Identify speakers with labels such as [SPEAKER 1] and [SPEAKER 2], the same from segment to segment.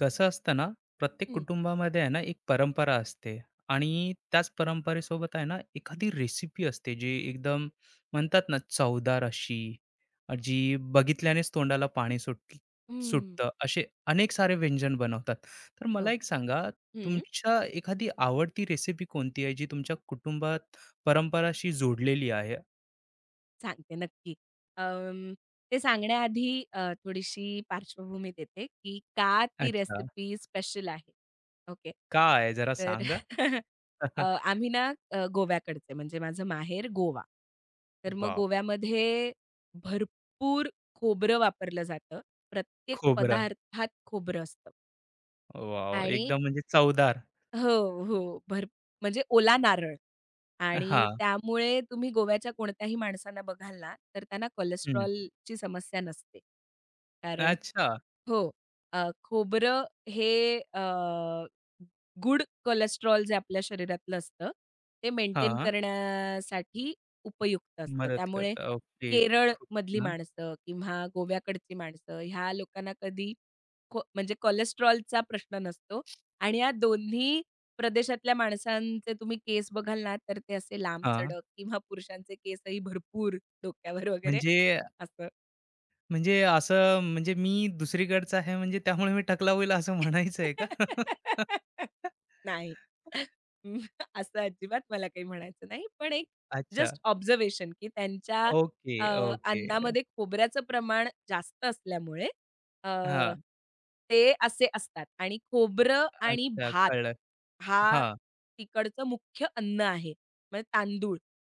[SPEAKER 1] कसं असतं ना, प्रत्येक
[SPEAKER 2] हं.
[SPEAKER 1] कुटुंबामध्ये आहे ना, एक परंपरा असते आणि त्याच परंपरेसोबत आहे ना, एखादी रेसिपी असते जी एकदम म्हणतात ना, चवदार अशी, जी बघितल्यानेच तोंडाला पाणी
[SPEAKER 2] हं.
[SPEAKER 1] सुटतं. असे अनेक सारे व्यंजन बनवतात. तर मला
[SPEAKER 2] हो.
[SPEAKER 1] एक सांगा,
[SPEAKER 2] हं.
[SPEAKER 1] तुमच्या एखादी आवडती रेसिपी कोणती आहे, जी तुमच्या कुटुंबात परंपराशी जोडलेली आहे?
[SPEAKER 2] सांगते नक्की. अं, ते सांगण्याआधी थोडीशी पार्श्वभूमी देते, की का ती
[SPEAKER 1] अच्छा.
[SPEAKER 2] रेसिपी स्पेशल आहे. ओके.
[SPEAKER 1] काय आहे जरा
[SPEAKER 2] तर
[SPEAKER 1] सांगा?
[SPEAKER 2] अ, आम्ही ना गोव्याकडचे म्हणजे माझं माहेर गोवा. तर मग
[SPEAKER 1] वॉव!
[SPEAKER 2] गोव्यामध्ये भरपूर खोबरं वापरलं जातं. प्रत्येक
[SPEAKER 1] खोबरं.
[SPEAKER 2] पदार्थात खोबरं असतं
[SPEAKER 1] वॉव!
[SPEAKER 2] आणि
[SPEAKER 1] एकदम म्हणजे चवदार.
[SPEAKER 2] हो, हो. भर म्हणजे ओला नारळ आणि
[SPEAKER 1] हां.
[SPEAKER 2] त्यामुळे तुम्ही गोव्याच्या कोणत्याही माणसांना बघाल ना, तर त्यांना कोलेस्ट्रॉलची समस्या नसते. कारण
[SPEAKER 1] अच्छा.
[SPEAKER 2] हो, खोबरं हे अ गुड कोलेस्ट्रॉल जे आपल्या शरीरातलं असतं, ते मेंटेन
[SPEAKER 1] हां.
[SPEAKER 2] करण्यासाठी उपयुक्त असतं.
[SPEAKER 1] मदत
[SPEAKER 2] त्यामुळे
[SPEAKER 1] करता. ओके. खूप
[SPEAKER 2] केरळमधली
[SPEAKER 1] छान.
[SPEAKER 2] माणसं किंवा गोव्याकडची माणसं ह्या लोकांना कधी को म्हणजे कोलेस्टेरॉलचा प्रश्न नसतो आणि या दोन्ही प्रदेशातल्या माणसांचे तुम्ही केस बघाल ना, तर ते असे
[SPEAKER 1] हां.
[SPEAKER 2] लांबसडक किंवा पुरुषांचे केसही भरपूर डोक्यावर वगैरे
[SPEAKER 1] म्हणजे
[SPEAKER 2] असं.
[SPEAKER 1] म्हणजे असं म्हणजे मी दुसरीकडचा आहे म्हणजे त्यामुळे मी टकला होईल असं म्हणायचं आहे का?
[SPEAKER 2] नाही. अं, असं अजिबात मला काही म्हणायचं नाही. पण एक
[SPEAKER 1] अच्छा.
[SPEAKER 2] जस्ट ऑब्झर्वेशन, की त्यांच्या
[SPEAKER 1] ओके,
[SPEAKER 2] अ,
[SPEAKER 1] ओके.
[SPEAKER 2] अन्नामध्ये खोबऱ्याचं प्रमाण जास्त असल्यामुळे अ,
[SPEAKER 1] हां.
[SPEAKER 2] ते असे असतात आणि खोबरं आणि
[SPEAKER 1] अच्छा
[SPEAKER 2] भात
[SPEAKER 1] कळलं.
[SPEAKER 2] हा
[SPEAKER 1] हां,
[SPEAKER 2] तिकडचं मुख्य अन्न आहे. म्हणजे तांदूळ.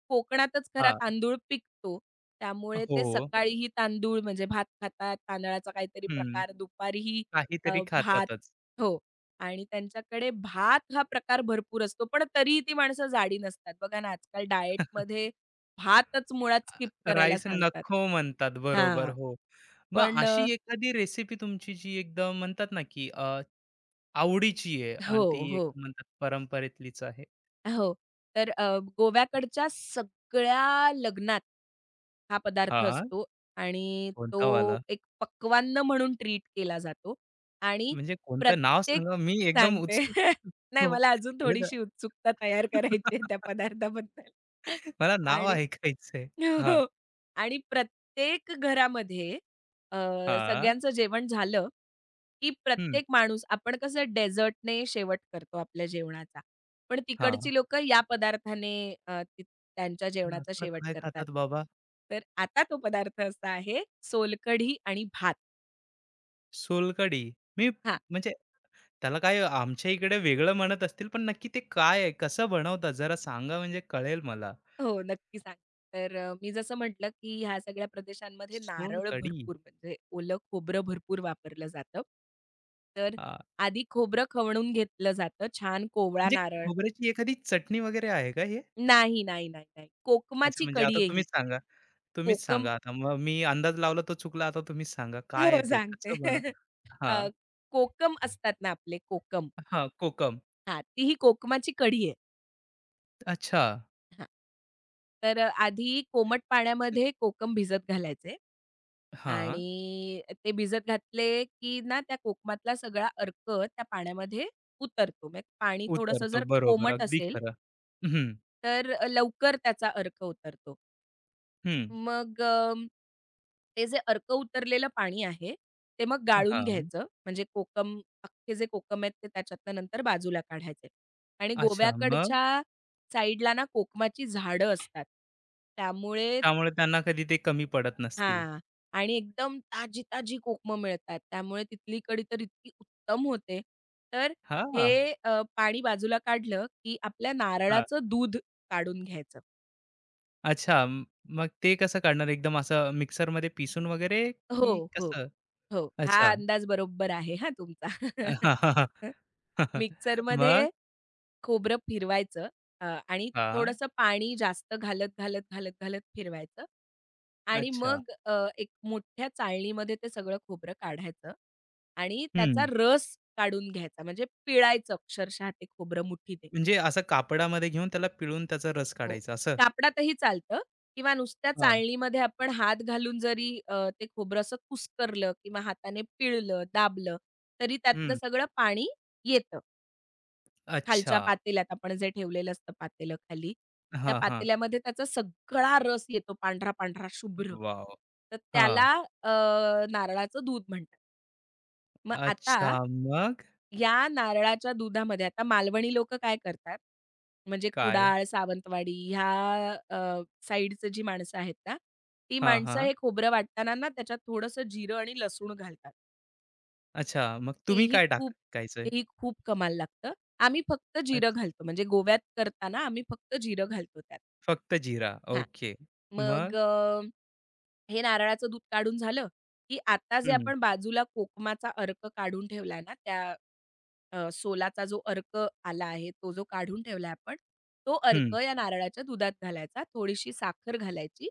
[SPEAKER 2] कोकणातच खरा
[SPEAKER 1] हां.
[SPEAKER 2] तांदूळ पिकतो. त्यामुळे ते
[SPEAKER 1] हो.
[SPEAKER 2] सकाळीही तांदूळ म्हणजे भात खातात, तांदळाचा काहीतरी
[SPEAKER 1] हं.
[SPEAKER 2] प्रकार, दुपारीही
[SPEAKER 1] काहीतरी
[SPEAKER 2] भात.
[SPEAKER 1] खातातच.
[SPEAKER 2] हो. आणि त्यांच्याकडे भात हा प्रकार भरपूर असतो, पण तरीही ती माणसं जाडी नसतात. बघा ना, आजकाल डाएटमध्ये भातच मुळात स्किप करायला
[SPEAKER 1] राईस
[SPEAKER 2] सांगतात.
[SPEAKER 1] नखो म्हणतात. बरोबर.
[SPEAKER 2] हां,
[SPEAKER 1] हो. मग
[SPEAKER 2] पण
[SPEAKER 1] अशी एखादी रेसिपी तुमची जी एकदम म्हणतात ना, की आवडीची आहे
[SPEAKER 2] हो,
[SPEAKER 1] आणि ती एक
[SPEAKER 2] हो,
[SPEAKER 1] म्हणतात परंपरेतलीच आहे.
[SPEAKER 2] हो. तर गोव्याकडच्या सगळ्या लग्नात हा पदार्थ
[SPEAKER 1] हां,
[SPEAKER 2] असतो आणि तो
[SPEAKER 1] कोणता वाला?
[SPEAKER 2] एक पक्वान्न म्हणून ट्रीट केला जातो आणि
[SPEAKER 1] म्हणजे कोणतं नाव
[SPEAKER 2] प्रत्येक
[SPEAKER 1] सांगा? मी एकदम
[SPEAKER 2] सांगते.
[SPEAKER 1] उत्सुक
[SPEAKER 2] नाही,
[SPEAKER 1] हो.
[SPEAKER 2] मला अजून
[SPEAKER 1] हे ना
[SPEAKER 2] थोडीशी उत्सुकता तयार करायची आहे त्या पदार्थाबद्दल
[SPEAKER 1] मला नाव
[SPEAKER 2] आणि
[SPEAKER 1] ऐकायचंय. हां,
[SPEAKER 2] हो. आणि प्रत्येक घरामध्ये अ,
[SPEAKER 1] हां,
[SPEAKER 2] सगळ्यांचं जेवण झालं, की
[SPEAKER 1] हं,
[SPEAKER 2] प्रत्येक माणूस आपण कसं डेझर्टने शेवट करतो आपल्या जेवणाचा. पण
[SPEAKER 1] हां.
[SPEAKER 2] तिकडची लोक या पदार्थाने ती त्यांच्या जेवणाचा
[SPEAKER 1] असलं
[SPEAKER 2] शेवट
[SPEAKER 1] काय
[SPEAKER 2] करतात.
[SPEAKER 1] खातात बाबा?
[SPEAKER 2] तर आता तो पदार्थ असा आहे सोलकढी आणि भात.
[SPEAKER 1] सोलकढी. मी म्हणजे त्याला काय आमच्या इकडे वेगळं म्हणत असतील, पण नक्की ते काय आहे? कसं बनवतात? जरा सांगा म्हणजे कळेल मला.
[SPEAKER 2] हो, नक्की सांग. तर मी जसं म्हटलं, की ह्या सगळ्या प्रदेशांमध्ये नारळ
[SPEAKER 1] सोलकढी.
[SPEAKER 2] भरपूर म्हणजे ओलं खोबरं भरपूर वापरलं जातं. तर
[SPEAKER 1] हां,
[SPEAKER 2] आधी खोबरं खवणून घेतलं जातं. छान कोवळा
[SPEAKER 1] म्हणजे
[SPEAKER 2] नारळ
[SPEAKER 1] खोबऱ्याची एखादी चटणी वगैरे आहे का हे?
[SPEAKER 2] नाही.
[SPEAKER 1] अच्छा
[SPEAKER 2] कोकमाची
[SPEAKER 1] म्हणजे आता
[SPEAKER 2] कढी आहे ही.
[SPEAKER 1] तुम्हीच सांगा. तुम्हीच
[SPEAKER 2] कोकम
[SPEAKER 1] सांगा आता. मग मी अंदाज लावला तो चुकला. आता तुम्हीच सांगा काय
[SPEAKER 2] हो,
[SPEAKER 1] आहे ते?
[SPEAKER 2] सांगते.
[SPEAKER 1] कसं
[SPEAKER 2] अ,
[SPEAKER 1] हां,
[SPEAKER 2] कोकम असतात ना आपले कोकम
[SPEAKER 1] हां, कोकम.
[SPEAKER 2] हां, ती ही कोकमाची कढी आहे.
[SPEAKER 1] अच्छा.
[SPEAKER 2] हां. तर आधी कोमट पाण्यामध्ये कोकम भिजत घालायचे
[SPEAKER 1] हां,
[SPEAKER 2] आणि ते भिजत घातले, की ना त्या कोकमातला सगळा अर्क त्या पाण्यामध्ये उतरतो. म्हणजे पाणी थोडंसं
[SPEAKER 1] उतरतो.
[SPEAKER 2] जर
[SPEAKER 1] बरोबर.
[SPEAKER 2] कोमट
[SPEAKER 1] अगदी
[SPEAKER 2] असेल,
[SPEAKER 1] खरं. हं,
[SPEAKER 2] तर लवकर त्याचा अर्क उतरतो.
[SPEAKER 1] हं.
[SPEAKER 2] मग ते जे अर्क उतरलेलं पाणी आहे, ते मग गाळून
[SPEAKER 1] हां.
[SPEAKER 2] घ्यायचं. म्हणजे कोकम अख्खे जे कोकम आहेत ते त्याच्यातनं नंतर बाजूला काढायचे आणि
[SPEAKER 1] अच्छा. मग
[SPEAKER 2] गोव्याकडच्या साईडला ना कोकमाची झाडं असतात. त्यामुळे
[SPEAKER 1] त्यामुळे त्यांना कधी ते कमी पडत नसतील.
[SPEAKER 2] हां. आणि एकदम ताजी-ताजी कोकमं मिळतात. त्यामुळे तिथली कढी तर इतकी उत्तम होते. तर
[SPEAKER 1] हां,
[SPEAKER 2] हे पाणी बाजूला काढलं, की आपल्या
[SPEAKER 1] हां.
[SPEAKER 2] नारळाचं दूध काढून घ्यायचं.
[SPEAKER 1] अच्छा. मग ते कसं काढणार? एकदम असं मिक्सरमध्ये पिसून वगैरे की
[SPEAKER 2] हो, हो.
[SPEAKER 1] कसं?
[SPEAKER 2] हो. हा
[SPEAKER 1] अच्छा.
[SPEAKER 2] अंदाज बरोबर आहे हां तुमचा.
[SPEAKER 1] मग?
[SPEAKER 2] मिक्सरमध्ये खोबरं फिरवायचं आणि
[SPEAKER 1] हां.
[SPEAKER 2] थोडंसं पाणी जास्त घालत, घालत, घालत, घालत फिरवायचं आणि
[SPEAKER 1] अच्छा.
[SPEAKER 2] मग एक मोठ्या चाळणीमध्ये ते सगळं खोबरं काढायचं आणि
[SPEAKER 1] हं.
[SPEAKER 2] त्याचा रस काढून घ्यायचा म्हणजे पिळायचं अक्षरशः ते खोबरं मुठीने.
[SPEAKER 1] म्हणजे असं कापडामध्ये घेऊन त्याला पिळून त्याचा रस
[SPEAKER 2] हो.
[SPEAKER 1] काढायचा असं?
[SPEAKER 2] कापडातही चालतं किंवा नुसत्या
[SPEAKER 1] हा
[SPEAKER 2] चाळणीमध्ये आपण हात घालून जरी ते खोबरं असं कुस्करलं किंवा हाताने पिळलं, दाबलं, तरी त्यातलं
[SPEAKER 1] हं.
[SPEAKER 2] सगळं पाणी येतं. खालच्या
[SPEAKER 1] अच्छा.
[SPEAKER 2] पातेल्यात आपण जे ठेवलेलं असतं पातेलं खाली, त्या
[SPEAKER 1] हां, हां.
[SPEAKER 2] पातेल्यामध्ये त्याचा सगळा रस येतो पांढरा-पांढरा शुभ्र.
[SPEAKER 1] वॉव!
[SPEAKER 2] तर
[SPEAKER 1] हां.
[SPEAKER 2] त्याला अ, नारळाचं दूध म्हणतात. मग आता
[SPEAKER 1] अच्छा, मग
[SPEAKER 2] या नारळाच्या दुधामध्ये आता मालवणी लोकं काय करतात, म्हणजे
[SPEAKER 1] काय?
[SPEAKER 2] कुडाळ, सावंतवाडी ह्या साइडची जी माणसं आहेत ना, ती
[SPEAKER 1] हां,
[SPEAKER 2] माणसं
[SPEAKER 1] हां.
[SPEAKER 2] हे खोबरं वाटताना ना त्याच्यात थोडंसं जिरं आणि लसूण घालतात.
[SPEAKER 1] अच्छा, मग तुम्ही
[SPEAKER 2] तेही
[SPEAKER 1] काय
[SPEAKER 2] खूप
[SPEAKER 1] टाकायचंय?
[SPEAKER 2] तेही खूप कमाल लागतं. आम्ही फक्त जिरं
[SPEAKER 1] अच्छा,
[SPEAKER 2] घालतो. म्हणजे गोव्यात करताना आम्ही फक्त जिरं घालतो त्यात.
[SPEAKER 1] फक्त जीरा.
[SPEAKER 2] हां.
[SPEAKER 1] ओके.
[SPEAKER 2] मग
[SPEAKER 1] मग?
[SPEAKER 2] हे नारळाचं दूध काढून झालं, की आता जे
[SPEAKER 1] हं,
[SPEAKER 2] आपण बाजूला कोकमाचा अर्क काढून ठेवलाय ना, त्या सोलाचा जो अर्क आला आहे, तो जो काढून ठेवलाय आपण, तो अर्क
[SPEAKER 1] हं.
[SPEAKER 2] या नारळाच्या दुधात घालायचा. थोडीशी साखर घालायची,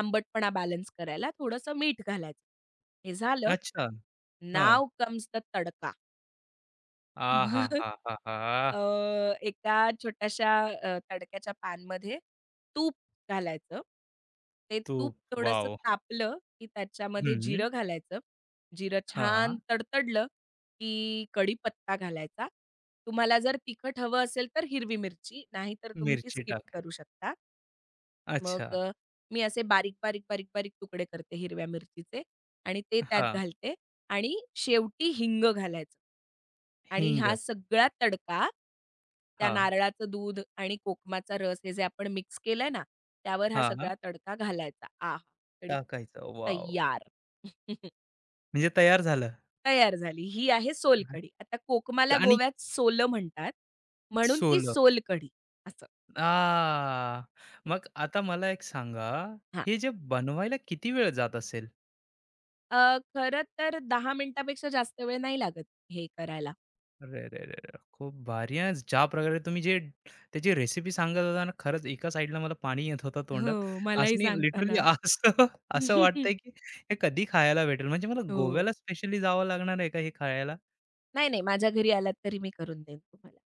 [SPEAKER 2] आंबटपणा बॅलन्स करायला थोडंसं मीठ घालायचं. हे झालं.
[SPEAKER 1] अच्छा. हां.
[SPEAKER 2] नाऊ कम्स द तडका. मग अ,
[SPEAKER 1] आहाहाहा!
[SPEAKER 2] एका छोट्याशा तडक्याच्या पॅनमध्ये तूप घालायचं. ते तूप
[SPEAKER 1] तूप.
[SPEAKER 2] थोडंसं
[SPEAKER 1] वॉव!
[SPEAKER 2] तापलं, की त्याच्यामध्ये
[SPEAKER 1] हं.
[SPEAKER 2] जिरं घालायचं. जिरं छान
[SPEAKER 1] हां.
[SPEAKER 2] तडतडलं, की कढीपत्ता घालायचा. तुम्हाला जर तिखट हवं असेल तर हिरवी मिरची, नाहीतर तुम्ही ती
[SPEAKER 1] मिरची
[SPEAKER 2] स्किप
[SPEAKER 1] टाकायची.
[SPEAKER 2] करू शकता.
[SPEAKER 1] अच्छा.
[SPEAKER 2] मग मी असे बारीक, बारीक, बारीक, बारीक तुकडे करते हिरव्या मिरचीचे आणि ते त्यात
[SPEAKER 1] हां.
[SPEAKER 2] घालते आणि शेवटी हिंग घालायचं. आणि
[SPEAKER 1] हिंग.
[SPEAKER 2] हा सगळा तडका त्या
[SPEAKER 1] हां,
[SPEAKER 2] नारळाचं दूध आणि कोकमाचा रस हे जे आपण मिक्स केलंय ना, त्यावर हा
[SPEAKER 1] हां.
[SPEAKER 2] सगळा तडका घालायचा. आहा! कढी
[SPEAKER 1] टाकायचं. वॉव!
[SPEAKER 2] तय्यार.
[SPEAKER 1] म्हणजे तयार झालं.
[SPEAKER 2] तयार झाली. ही आहे सोलकढी. आता कोकमाला
[SPEAKER 1] आणि
[SPEAKER 2] गोव्यात सोल म्हणतात, म्हणून ती
[SPEAKER 1] सोलं.
[SPEAKER 2] सोलकढी असं.
[SPEAKER 1] आ, मग आता मला एक सांगा,
[SPEAKER 2] हां.
[SPEAKER 1] हे जे बनवायला किती वेळ जात असेल?
[SPEAKER 2] खरं तर 10 मिनिटापेक्षा जास्त वेळ नाही लागत हे करायला.
[SPEAKER 1] अरे, रे, रे, रे! खूप भारी आहे. ज्या प्रकारे तुम्ही जे त्याची रेसिपी सांगत होता ना, खरंच एका साइडला मला पाणी येत होतं तोंडात.
[SPEAKER 2] हो, मलाही
[SPEAKER 1] असनी लिटरली
[SPEAKER 2] सांगताना.
[SPEAKER 1] असं असं वाटतंय की हे कधी खायला भेटेल? म्हणजे मला
[SPEAKER 2] हो.
[SPEAKER 1] गोव्याला स्पेशली जावं लागणार आहे का हे खायला?
[SPEAKER 2] नाही, नाही. माझ्या घरी आलात तरी मी करून देईन तुम्हाला.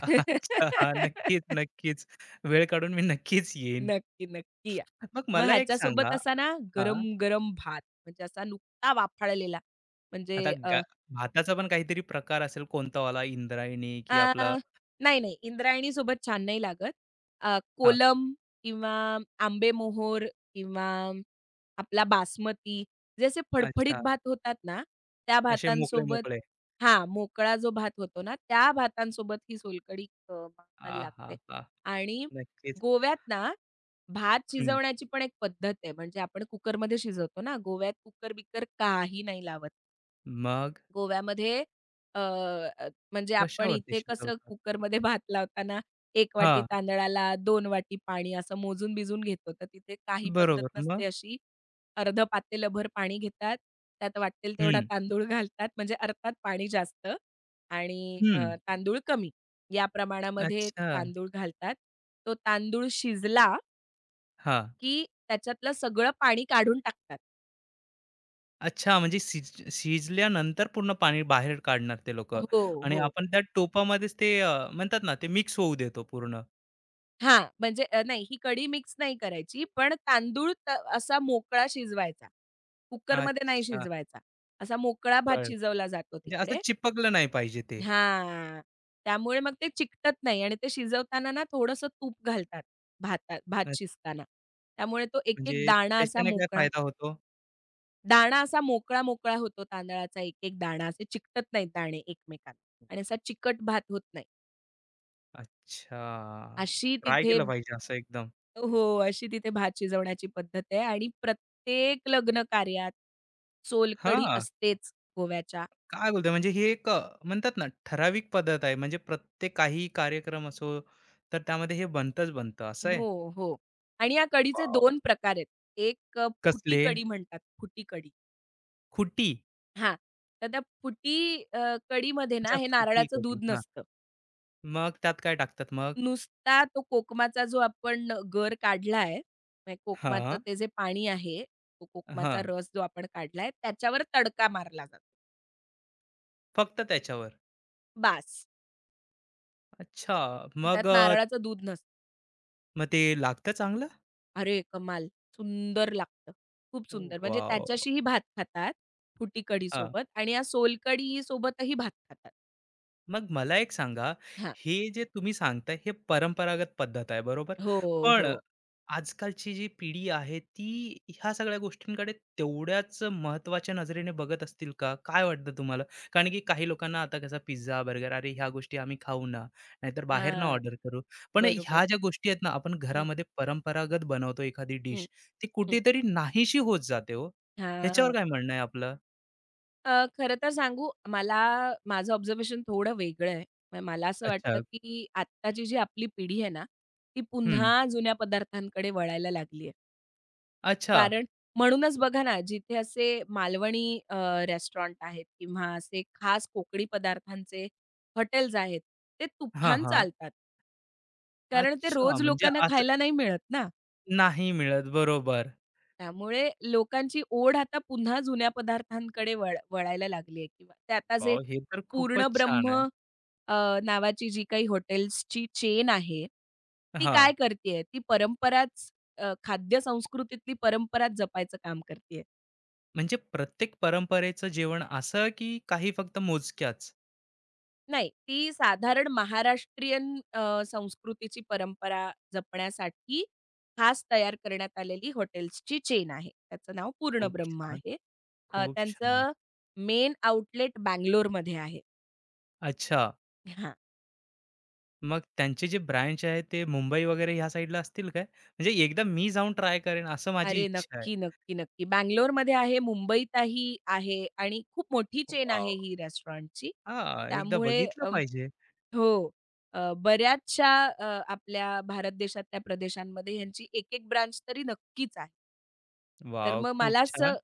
[SPEAKER 1] अच्छा, हां, नक्कीच, नक्कीच. वेळ काढून मी नक्कीच येईन.
[SPEAKER 2] नक्की, नक्की या.
[SPEAKER 1] मग
[SPEAKER 2] मग
[SPEAKER 1] मला एक सांगा
[SPEAKER 2] ह्याच्यासोबत असा ना गरम-गरम भात म्हणजे असा नुकता वाफाळलेला म्हणजे
[SPEAKER 1] आता
[SPEAKER 2] अ,
[SPEAKER 1] भाताचा पण काहीतरी प्रकार असेल कोणता वाला इंद्रायणी
[SPEAKER 2] अ,
[SPEAKER 1] की आपला
[SPEAKER 2] नाही, नाही. इंद्रायणीसोबत छान नाही लागत.
[SPEAKER 1] हां,
[SPEAKER 2] कोलम किंवा आंबेमोहोर किंवा आपला बासमती जे असे फडफडीत
[SPEAKER 1] अच्छा.
[SPEAKER 2] भात होतात ना, त्या
[SPEAKER 1] असे
[SPEAKER 2] भातांसोबत
[SPEAKER 1] मोकळे-मोकळे.
[SPEAKER 2] हां, मोकळा जो भात होतो ना, त्या भातांसोबत ही सोलकढी मला लागते.
[SPEAKER 1] आहाहा!
[SPEAKER 2] आणि
[SPEAKER 1] नक्कीच.
[SPEAKER 2] गोव्यात ना, भात
[SPEAKER 1] हं.
[SPEAKER 2] शिजवण्याची पण एक पद्धत आहे. म्हणजे आपण कुकरमध्ये शिजवतो ना, गोव्यात कुकर-बिकर काही नाही लावत.
[SPEAKER 1] मग
[SPEAKER 2] गोव्यामध्ये अ, अ, म्हणजे आपण
[SPEAKER 1] कशावरती
[SPEAKER 2] इथे कसं
[SPEAKER 1] शिजवतात?
[SPEAKER 2] कुकरमध्ये भात लावताना 1 वाटी
[SPEAKER 1] हां,
[SPEAKER 2] तांदळाला 2 वाटी पाणी असं मोजून-बिजून घेतो. तर तिथे काही पद्धत
[SPEAKER 1] बरोबर. मग?
[SPEAKER 2] नसते अशी. अर्धं पातेलभर पाणी घेतात. त्यात वाटेल तेवढा
[SPEAKER 1] हं,
[SPEAKER 2] तांदूळ घालतात. म्हणजे अर्थात पाणी जास्त आणि
[SPEAKER 1] हं.
[SPEAKER 2] तांदूळ कमी. या प्रमाणामध्ये
[SPEAKER 1] अच्छा.
[SPEAKER 2] तांदूळ घालतात. तो तांदूळ शिजला
[SPEAKER 1] हां.
[SPEAKER 2] की त्याच्यातलं सगळं पाणी काढून टाकतात.
[SPEAKER 1] अच्छा म्हणजे शिजल्यानंतर पूर्ण पाणी बाहेर काढणार ते लोकं
[SPEAKER 2] हो,
[SPEAKER 1] आणि
[SPEAKER 2] हो.
[SPEAKER 1] आपण त्या टोपामध्येच ते म्हणतात ना, ते मिक्स होऊ देतो पूर्ण.
[SPEAKER 2] हां, म्हणजे नाही ही कढी मिक्स नाही करायची, पण तांदूळ त असा मोकळा शिजवायचा. कुकरमध्ये नाही
[SPEAKER 1] अच्छा,
[SPEAKER 2] शिजवायचा. असा मोकळा भात
[SPEAKER 1] कळलं.
[SPEAKER 2] शिजवला जातो
[SPEAKER 1] म्हणजे असं
[SPEAKER 2] तिकडे.
[SPEAKER 1] चिपकलं नाही पाहिजे ते.
[SPEAKER 2] हां, त्यामुळे मग ते चिकटत नाही आणि ते शिजवताना ना थोडंसं तूप घालतात भातात
[SPEAKER 1] अ,
[SPEAKER 2] भात शिजताना. त्यामुळे तो एक-एक
[SPEAKER 1] म्हणजे
[SPEAKER 2] दाणा असा
[SPEAKER 1] त्याच्याने काय
[SPEAKER 2] मोकळा
[SPEAKER 1] फायदा होतो?
[SPEAKER 2] दाणा असा मोकळा-मोकळा होतो तांदळाचा एक-एक दाणा. असे चिकटत नाहीत दाणे एकमेकांना आणि असा चिकट भात होत नाही.
[SPEAKER 1] अच्छा.
[SPEAKER 2] अशी
[SPEAKER 1] ट्राय
[SPEAKER 2] तिथे
[SPEAKER 1] केलं पाहिजे असं एकदम.
[SPEAKER 2] हो, अशी तिथे भात शिजवण्याची पद्धत आहे आणि प्रत्येक लग्न कार्यात सोलकढी
[SPEAKER 1] हां.
[SPEAKER 2] असतेच गोव्याच्या.
[SPEAKER 1] काय बोलताय? म्हणजे ही एक म्हणतात ना ठराविक पद्धत आहे. म्हणजे प्रत्येक काही कार्यक्रम असो, तर त्यामध्ये हे बनतंच बनतं असं आहे?
[SPEAKER 2] हो, हो. आणि या कढीचे
[SPEAKER 1] वॉव!
[SPEAKER 2] दोन प्रकार आहेत. एक फुटी
[SPEAKER 1] कसले?
[SPEAKER 2] कढी म्हणतात, फुटी कढी.
[SPEAKER 1] खुटी?
[SPEAKER 2] हां, तर त्या फुटी कढीमध्ये ना
[SPEAKER 1] अच्छा
[SPEAKER 2] हे
[SPEAKER 1] फुटी
[SPEAKER 2] नारळाचं
[SPEAKER 1] कधी?
[SPEAKER 2] दूध
[SPEAKER 1] हां.
[SPEAKER 2] नसतं.
[SPEAKER 1] मग त्यात काय टाकतात मग?
[SPEAKER 2] नुसता तो कोकमाचा जो आपण गर काढला म्हणजे कोकमाचं
[SPEAKER 1] हां.
[SPEAKER 2] ते जे पाणी आहे, तो कोकमाचा
[SPEAKER 1] हां.
[SPEAKER 2] रस जो आपण काढला त्याच्यावर तडका मारला जातो.
[SPEAKER 1] फक्त त्याच्यावर?
[SPEAKER 2] बास.
[SPEAKER 1] अच्छा. मग
[SPEAKER 2] त्यात नारळाचं दूध नसतं.
[SPEAKER 1] मग ते लागतं चांगलं?
[SPEAKER 2] अरे कमाल! सुंदर लागतं. खूप सुंदर. म्हणजे
[SPEAKER 1] वॉव!
[SPEAKER 2] त्याच्याशीही भात खातात, फुटी कढी
[SPEAKER 1] हां.
[SPEAKER 2] सोबत आणि या सोलकढी सोबतही भात खातात.
[SPEAKER 1] मग मला एक सांगा,
[SPEAKER 2] हां.
[SPEAKER 1] हे जे तुम्ही सांगताय हे परंपरागत पद्धत आहे बरोबर?
[SPEAKER 2] हो,
[SPEAKER 1] पण
[SPEAKER 2] हो.
[SPEAKER 1] आजकालची जी पिढी आहे ती ह्या सगळ्या गोष्टींकडे तेवढ्याच महत्त्वाच्या नजरेने बघत असतील का? काय वाटतं तुम्हाला? कारण की काही लोकांना आता कसा पिझ्झा, बर्गर अरे ह्या गोष्टी आम्ही खाऊ ना, नाहीतर बाहेरनं
[SPEAKER 2] हां.
[SPEAKER 1] ऑर्डर करू. पण
[SPEAKER 2] बरोबर.
[SPEAKER 1] ह्या ज्या गोष्टी आहेत ना, आपण
[SPEAKER 2] हं,
[SPEAKER 1] घरामध्ये परंपरागत बनवतो एखादी
[SPEAKER 2] हं,
[SPEAKER 1] डिश, ती
[SPEAKER 2] हं.
[SPEAKER 1] कुठेतरी नाहीशी होत जाते हो. ह्याच्यावर
[SPEAKER 2] हां.
[SPEAKER 1] काय म्हणणं आहे आपलं?
[SPEAKER 2] अ, खरं तर सांगू मला माझं ऑब्झर्वेशन थोडं वेगळं आहे. म्हणजे मला असं वाटतं,
[SPEAKER 1] अच्छा.
[SPEAKER 2] की आत्ताची जी आपली पिढी आहे ना, ती
[SPEAKER 1] हं.
[SPEAKER 2] पुन्हा जुन्या पदार्थांकडे वळायला लागली आहे.
[SPEAKER 1] अच्छा.
[SPEAKER 2] कारण म्हणूनच बघा ना, जिथे असे मालवणी रेस्टॉरंट आहेत किंवा असे खास कोकणी पदार्थांचे हॉटेल्स आहेत, ते
[SPEAKER 1] हां,
[SPEAKER 2] तुफान
[SPEAKER 1] हां.
[SPEAKER 2] चालतात. कारण ते
[SPEAKER 1] अच्छा
[SPEAKER 2] रोज
[SPEAKER 1] म्हणजे
[SPEAKER 2] लोकांना
[SPEAKER 1] असं
[SPEAKER 2] खायला नाही मिळत ना.
[SPEAKER 1] नाही मिळत. बरोबर.
[SPEAKER 2] त्यामुळे लोकांची ओढ आता पुन्हा जुन्या पदार्थांकडे वळायला लागली आहे किंवा ते आता जे
[SPEAKER 1] वॉव! हे तर
[SPEAKER 2] पूर्ण
[SPEAKER 1] खूपच छान
[SPEAKER 2] ब्रह्म
[SPEAKER 1] आहे.
[SPEAKER 2] अ, नावाची जी काही हॉटेल्सची चेन आहे, ती
[SPEAKER 1] हां.
[SPEAKER 2] काय करते ती परंपराच खाद्य संस्कृतीतली परंपराच जपायचं काम करते
[SPEAKER 1] म्हणजे प्रत्येक परंपरेचं जेवण असं की काही फक्त मोजक्याच?
[SPEAKER 2] नाही, ती साधारण महाराष्ट्रीयन संस्कृतीची परंपरा जपण्यासाठी खास तयार करण्यात आलेली हॉटेल्सची चेन आहे. त्याचं नाव
[SPEAKER 1] खूप
[SPEAKER 2] पूर्णब्रह्म
[SPEAKER 1] छान,
[SPEAKER 2] आहे.
[SPEAKER 1] खूप छान.
[SPEAKER 2] त्यांचं मेन आउटलेट बंगलोरमध्ये आहे.
[SPEAKER 1] अच्छा,
[SPEAKER 2] हां.
[SPEAKER 1] मग त्यांचे जे ब्रांच आहे ते मुंबई वगैरे ह्या साईडला असतील काय? म्हणजे एकदा मी जाऊन ट्राय करेन असं माझी
[SPEAKER 2] अरे
[SPEAKER 1] इच्छा आहे.
[SPEAKER 2] नक्की, नक्की, नक्की. बंगलोरमध्ये आहे, मुंबईतही आहे आणि खूप मोठी चेन
[SPEAKER 1] वाव,
[SPEAKER 2] आहे ही रेस्टॉरंटची.
[SPEAKER 1] हां, एकदा
[SPEAKER 2] त्यामुळे
[SPEAKER 1] बघितलं पाहिजे.
[SPEAKER 2] हो. अ, बऱ्याचशा अ, आपल्या भारत देशातल्या प्रदेशांमध्ये ह्यांची एक-एक ब्रांच तरी नक्कीच आहे. तर
[SPEAKER 1] वॉव!
[SPEAKER 2] मग
[SPEAKER 1] खूप
[SPEAKER 2] मला
[SPEAKER 1] छान.
[SPEAKER 2] असं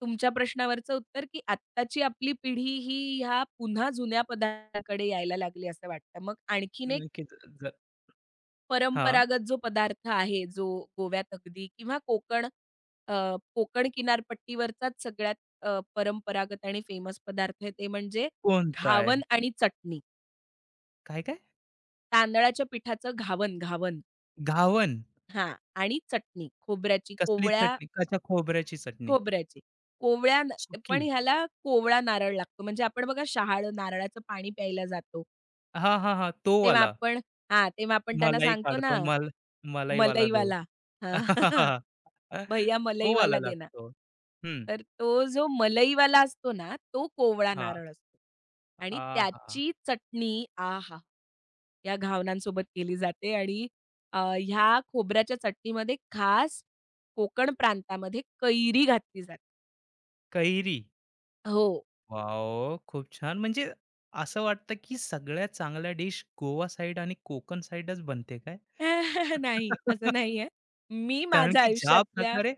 [SPEAKER 2] तुमच्या प्रश्नावरचं उत्तर, की आत्ताची आपली पिढी ही ह्या पुन्हा जुन्या पदार्थाकडे यायला लागली असं वाटतं. मग आणखीन एक
[SPEAKER 1] नक्कीच ज हां,
[SPEAKER 2] परंपरागत जो पदार्थ आहे, जो गोव्यात अगदी किंवा कोकण किनारपट्टीवरचाच सगळ्यात परंपरागत आणि फेमस पदार्थ आहे, ते म्हणजे
[SPEAKER 1] कोणता आहे?
[SPEAKER 2] घावन आणि चटणी.
[SPEAKER 1] काय, काय?
[SPEAKER 2] तांदळाच्या पिठाचं घावन, घावन
[SPEAKER 1] घावन.
[SPEAKER 2] हां आणि चटणी खोबऱ्याची
[SPEAKER 1] कसली
[SPEAKER 2] कोवळ्या
[SPEAKER 1] चटणी? अच्छा, खोबऱ्याची चटणी.
[SPEAKER 2] खोबऱ्याची.
[SPEAKER 1] सुकी.
[SPEAKER 2] पण ह्याला कोवळा नारळ लागतो. म्हणजे आपण बघा शहाळं नारळाचं पाणी प्यायला जातो.
[SPEAKER 1] हां, हां, हां. तो
[SPEAKER 2] तेव्हा
[SPEAKER 1] वाला.
[SPEAKER 2] आपण हां, तेव्हा आपण त्यांना
[SPEAKER 1] मलाई
[SPEAKER 2] सांगतो
[SPEAKER 1] काढतो
[SPEAKER 2] ना,
[SPEAKER 1] मलाईवाला दो.
[SPEAKER 2] मलईवाला. हां, भैय्या
[SPEAKER 1] तो वाला
[SPEAKER 2] मलईवाला देना.
[SPEAKER 1] लागतो. हं.
[SPEAKER 2] तर तो जो मलईवाला असतो ना, तो कोवळा
[SPEAKER 1] हां.
[SPEAKER 2] नारळ असतो. आणि
[SPEAKER 1] आहा!
[SPEAKER 2] त्याची चटणी आ हा। या घावनांसोबत केली जाते आणि ह्या खोबऱ्याच्या चटणीमध्ये खास कोकण प्रांतामध्ये कैरी घातली जाते.
[SPEAKER 1] कैरी.
[SPEAKER 2] हो.
[SPEAKER 1] वॉव! खूप छान. म्हणजे असं वाटतं, की सगळ्यात चांगल्या डिश गोवा साइड आणि कोकण साइडच बनते काय?
[SPEAKER 2] नाही, असं नाहीये. मी
[SPEAKER 1] कारण
[SPEAKER 2] माझ्या
[SPEAKER 1] की ज्या
[SPEAKER 2] आयुष्यातल्या
[SPEAKER 1] प्रकारे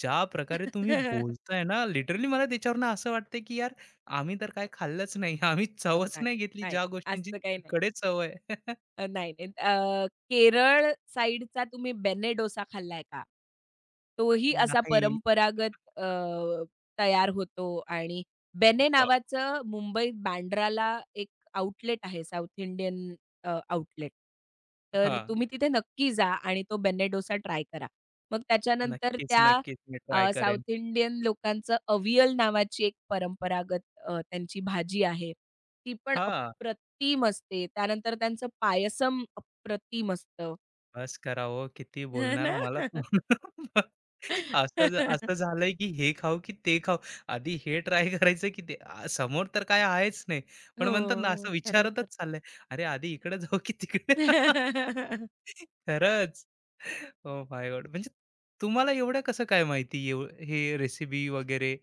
[SPEAKER 1] ज्या प्रकारे तुम्ही बोलताय ना, लिटरली मला त्याच्यावरून असं वाटतंय, की यार आम्ही तर काय खाल्लंच नाही. आम्ही
[SPEAKER 2] हो,
[SPEAKER 1] चवच
[SPEAKER 2] नाही,
[SPEAKER 1] नाही घेतली
[SPEAKER 2] नाही.
[SPEAKER 1] ज्या गोष्टींची
[SPEAKER 2] असं काही नाही.
[SPEAKER 1] तिकडे चव आहे.
[SPEAKER 2] नाही, नाही. केरळ साइडचा तुम्ही बेने डोसा खाल्लाय का? तोही असा
[SPEAKER 1] नाही.
[SPEAKER 2] परंपरागत तयार होतो आणि बेने
[SPEAKER 1] वाह!
[SPEAKER 2] नावाचं मुंबईत बांद्राला एक आउटलेट आहे साउथ इंडियन आउटलेट. तर
[SPEAKER 1] हां.
[SPEAKER 2] तुम्ही तिथे नक्की जा आणि तो बेने डोसा ट्राय करा. मग त्याच्यानंतर
[SPEAKER 1] नक्कीच,
[SPEAKER 2] त्या
[SPEAKER 1] नक्कीच. मी ट्राय करेन.
[SPEAKER 2] साउथ इंडियन लोकांचं अवियल नावाची एक परंपरागत त्यांची भाजी आहे. ती पण अप्रतिम
[SPEAKER 1] हां.
[SPEAKER 2] टीम असते. त्यानंतर त्यांचं पायसम अप्रतिम असतं.
[SPEAKER 1] बस करा हो, किती
[SPEAKER 2] हे
[SPEAKER 1] बोलणार
[SPEAKER 2] ना?
[SPEAKER 1] मला तू. असं असं झालंय की हे खाऊ की ते खाऊ. आधी हे ट्राय करायचं की ते आ, समोर तर काय आहेच नाही. पण म्हणतात ना
[SPEAKER 2] हो.
[SPEAKER 1] असं
[SPEAKER 2] खरं, खरं.
[SPEAKER 1] विचारतच चाललंय. अरे आधी इकडे जाऊ की तिकडे? खरंच. Oh my God! म्हणजे तुम्हाला एवढं कसं काय माहिती हे रेसिपी वगैरे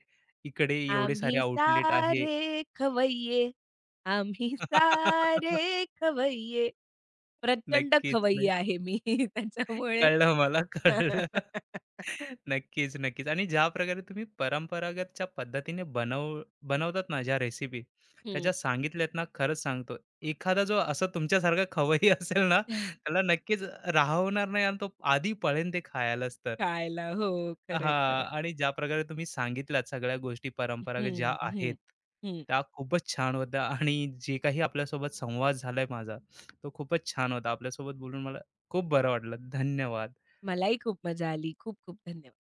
[SPEAKER 1] इकडे एवढे सारे
[SPEAKER 2] आम्ही
[SPEAKER 1] आउटलेट आहे.
[SPEAKER 2] सारे खवय्ये, आम्ही सारे खवय्ये. प्रचंड
[SPEAKER 1] नक्कीच
[SPEAKER 2] खवय्ये
[SPEAKER 1] नाही.
[SPEAKER 2] आहे मी त्याच्यामुळे
[SPEAKER 1] कळलं मला, कळलं. नक्कीच, नक्कीच. आणि ज्या प्रकारे तुम्ही परंपरागतच्या पद्धतीने बनवतात ना ज्या रेसिपी, त्या
[SPEAKER 2] हं.
[SPEAKER 1] ज्या सांगितल्यात ना, खरंच सांगतो, एखादा जो असा तुमच्यासारखा खवय्ये असेल ना, त्याला नक्कीच राहवणार नाही आणि तो आधी पळेल ते खायलाच तर.
[SPEAKER 2] खायला. हो. खरं,
[SPEAKER 1] हां.
[SPEAKER 2] खरं.
[SPEAKER 1] आणि ज्या प्रकारे तुम्ही सांगितल्यात सगळ्या गोष्टी परंपरागत ज्या
[SPEAKER 2] हं,
[SPEAKER 1] आहेत,
[SPEAKER 2] हं, हं.
[SPEAKER 1] त्या खूपच छान होत्या आणि जे काही आपल्यासोबत संवाद झालाय माझा, तो खूपच छान होता. आपल्यासोबत बोलून मला खूप बरं वाटलं. धन्यवाद.
[SPEAKER 2] मलाही खूप मजा आली. खूप-खूप धन्यवाद.